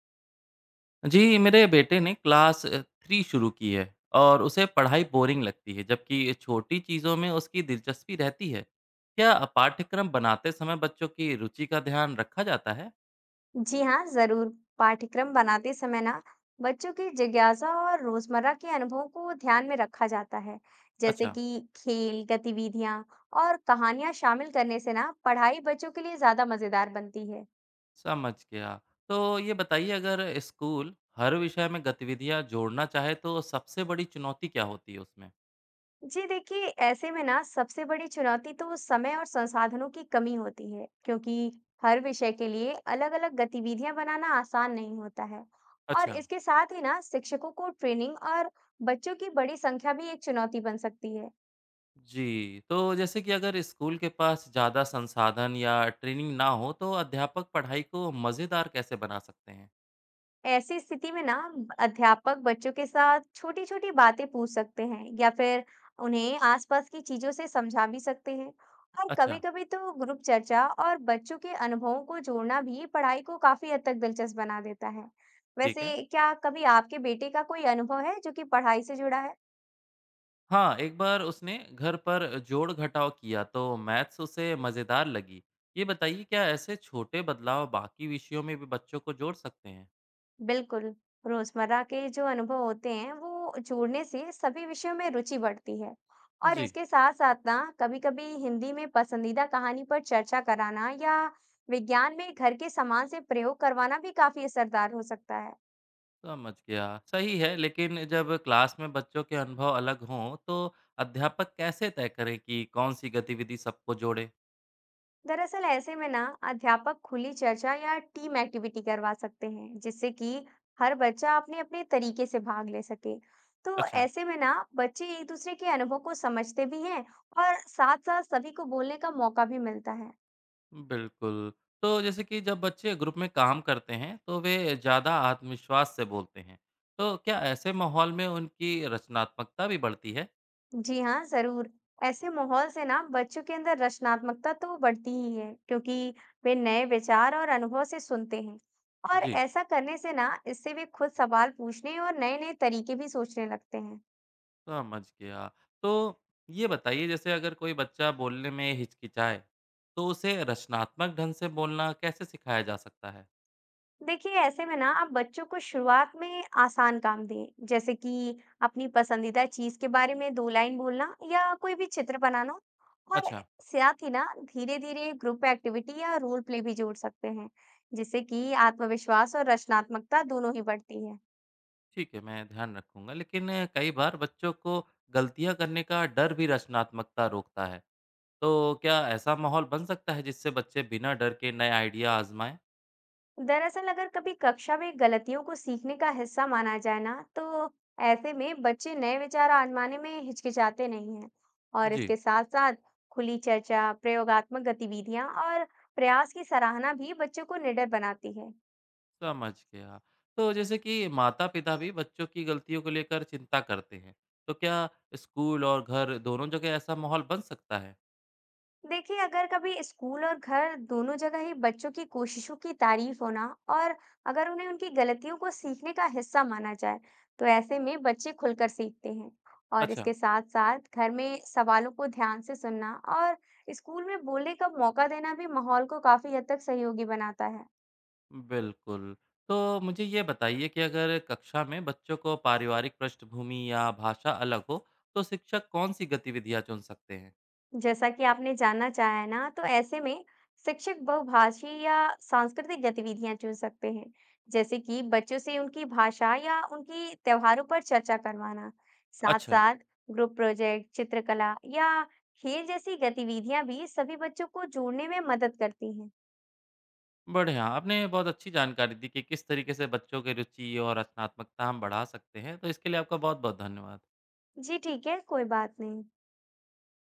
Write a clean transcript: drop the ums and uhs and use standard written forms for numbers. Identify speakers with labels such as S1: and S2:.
S1: जी, मेरे बेटे ने क्लास 3 शुरू की है और उसे पढ़ाई बोरिंग लगती है, जबकि छोटी चीज़ों में उसकी दिलचस्पी रहती है। क्या पाठ्यक्रम बनाते समय बच्चों की रुचि का ध्यान रखा जाता है?
S2: जी हाँ, जरूर। पाठ्यक्रम बनाते समय ना बच्चों की जिज्ञासा और रोजमर्रा के अनुभवों को ध्यान में रखा जाता है। जैसे
S1: अच्छा,
S2: कि खेल, गतिविधियां और कहानियां शामिल करने से ना पढ़ाई बच्चों के लिए ज्यादा मजेदार बनती है।
S1: समझ गया। तो ये बताइए अगर स्कूल हर विषय में गतिविधियाँ जोड़ना चाहे तो सबसे बड़ी चुनौती क्या होती है उसमें?
S2: जी देखिए, ऐसे में ना सबसे बड़ी चुनौती तो समय और संसाधनों की कमी होती है, क्योंकि हर विषय के लिए अलग-अलग गतिविधियां बनाना आसान नहीं होता है। और
S1: अच्छा,
S2: इसके साथ ही ना शिक्षकों को ट्रेनिंग और बच्चों की बड़ी संख्या भी एक चुनौती बन सकती है।
S1: जी। तो जैसे कि अगर स्कूल के पास ज़्यादा संसाधन या ट्रेनिंग ना हो तो अध्यापक पढ़ाई को मज़ेदार कैसे बना सकते हैं?
S2: ऐसी स्थिति में ना अध्यापक बच्चों के साथ छोटी छोटी बातें पूछ सकते हैं या फिर उन्हें आसपास की चीजों से समझा भी सकते हैं। और कभी
S1: अच्छा।
S2: कभी तो ग्रुप चर्चा और बच्चों के अनुभवों को जोड़ना भी पढ़ाई को काफी हद तक दिलचस्प बना देता है।
S1: ठीक है।
S2: वैसे क्या कभी आपके बेटे का कोई अनुभव है जो कि पढ़ाई से जुड़ा है?
S1: हाँ, एक बार उसने घर पर जोड़-घटाव किया तो मैथ्स उसे मज़ेदार लगी। ये बताइए क्या ऐसे छोटे बदलाव बाकी विषयों में भी बच्चों को जोड़ सकते हैं?
S2: बिल्कुल, रोज़मर्रा के जो अनुभव होते हैं, वो जोड़ने से सभी विषयों में रुचि बढ़ती है। और
S1: जी,
S2: इसके साथ-साथ ना कभी-कभी हिंदी में पसंदीदा कहानी पर चर्चा कराना या विज्ञान में घर के सामान से प्रयोग करवाना भी काफ़ी असरदार हो सकता है।
S1: समझ गया। सही है, लेकिन जब क्लास में बच्चों के अनुभव अलग हों तो अध्यापक कैसे तय करें कि कौन-सी गतिविधि सबको जोड़े?
S2: दरअसल ऐसे में ना अध्यापक खुली चर्चा या टीम एक्टिविटी करवा सकते हैं, जिससे कि हर बच्चा अपने अपने तरीके से भाग ले सके। तो
S1: अच्छा,
S2: ऐसे में ना बच्चे एक दूसरे के अनुभव को समझते भी हैं और साथ साथ सभी को बोलने का मौका भी मिलता है।
S1: बिल्कुल। तो जैसे कि जब बच्चे ग्रुप में काम करते हैं तो वे ज़्यादा आत्मविश्वास से बोलते हैं। तो क्या ऐसे माहौल में उनकी रचनात्मकता भी बढ़ती है?
S2: जी हाँ जरूर। ऐसे माहौल से ना बच्चों के अंदर रचनात्मकता तो बढ़ती ही है, क्योंकि वे नए विचार और अनुभव से सुनते हैं। और
S1: जी,
S2: ऐसा करने से ना इससे वे खुद सवाल पूछने और नए नए तरीके भी सोचने लगते हैं।
S1: समझ गया। तो ये बताइए जैसे अगर कोई बच्चा बोलने में हिचकिचाए, तो उसे रचनात्मक ढंग से बोलना कैसे सिखाया जा सकता है?
S2: देखिए ऐसे में ना आप बच्चों को शुरुआत में आसान काम दें, जैसे कि अपनी पसंदीदा चीज के बारे में 2 लाइन बोलना या कोई भी चित्र बनाना। और
S1: अच्छा,
S2: साथ ही ना धीरे धीरे ग्रुप एक्टिविटी या रोल प्ले भी जोड़ सकते हैं, जिससे कि आत्मविश्वास और रचनात्मकता दोनों ही बढ़ती है।
S1: ठीक है, मैं ध्यान रखूँगा। लेकिन कई बार बच्चों को गलतियाँ करने का डर भी रचनात्मकता रोकता है। तो क्या ऐसा माहौल बन सकता है जिससे बच्चे बिना डर के नए आइडिया आज़माएँ?
S2: दरअसल अगर कभी कक्षा में गलतियों को सीखने का हिस्सा माना जाए ना, तो ऐसे में बच्चे नए विचार आजमाने में हिचकिचाते नहीं हैं। और
S1: जी।
S2: इसके साथ साथ खुली चर्चा, प्रयोगात्मक गतिविधियां और प्रयास की सराहना भी बच्चों को निडर बनाती है।
S1: समझ गया। तो जैसे कि माता-पिता भी बच्चों की गलतियों को लेकर चिंता करते हैं, तो क्या स्कूल और घर दोनों जगह ऐसा माहौल बन सकता है?
S2: देखिए अगर कभी स्कूल और घर दोनों जगह ही बच्चों की कोशिशों की तारीफ होना और अगर उन्हें उनकी गलतियों को सीखने का हिस्सा माना जाए, तो ऐसे में बच्चे खुलकर सीखते हैं। और
S1: अच्छा,
S2: इसके साथ साथ घर में सवालों को ध्यान से सुनना और स्कूल में बोलने का मौका देना भी माहौल को काफी हद तक सहयोगी बनाता है।
S1: बिल्कुल। तो मुझे ये बताइए कि अगर कक्षा में बच्चों को पारिवारिक पृष्ठभूमि या भाषा अलग हो, तो शिक्षक कौन-सी गतिविधियाँ चुन सकते हैं?
S2: जैसा कि आपने जानना चाहा है ना, तो ऐसे में शिक्षक बहुभाषी या सांस्कृतिक गतिविधियां चुन सकते हैं, जैसे कि बच्चों से उनकी भाषा या उनकी त्योहारों पर चर्चा करवाना।
S1: अच्छा,
S2: साथ-साथ ग्रुप प्रोजेक्ट, चित्रकला या खेल जैसी गतिविधियां भी सभी बच्चों को जोड़ने में मदद करती हैं।
S1: बढ़िया। आपने बहुत अच्छी जानकारी दी कि किस तरीके से बच्चों की रुचि और रचनात्मकता हम बढ़ा सकते हैं, तो इसके लिए आपका बहुत-बहुत धन्यवाद।
S2: जी ठीक है, कोई बात नहीं।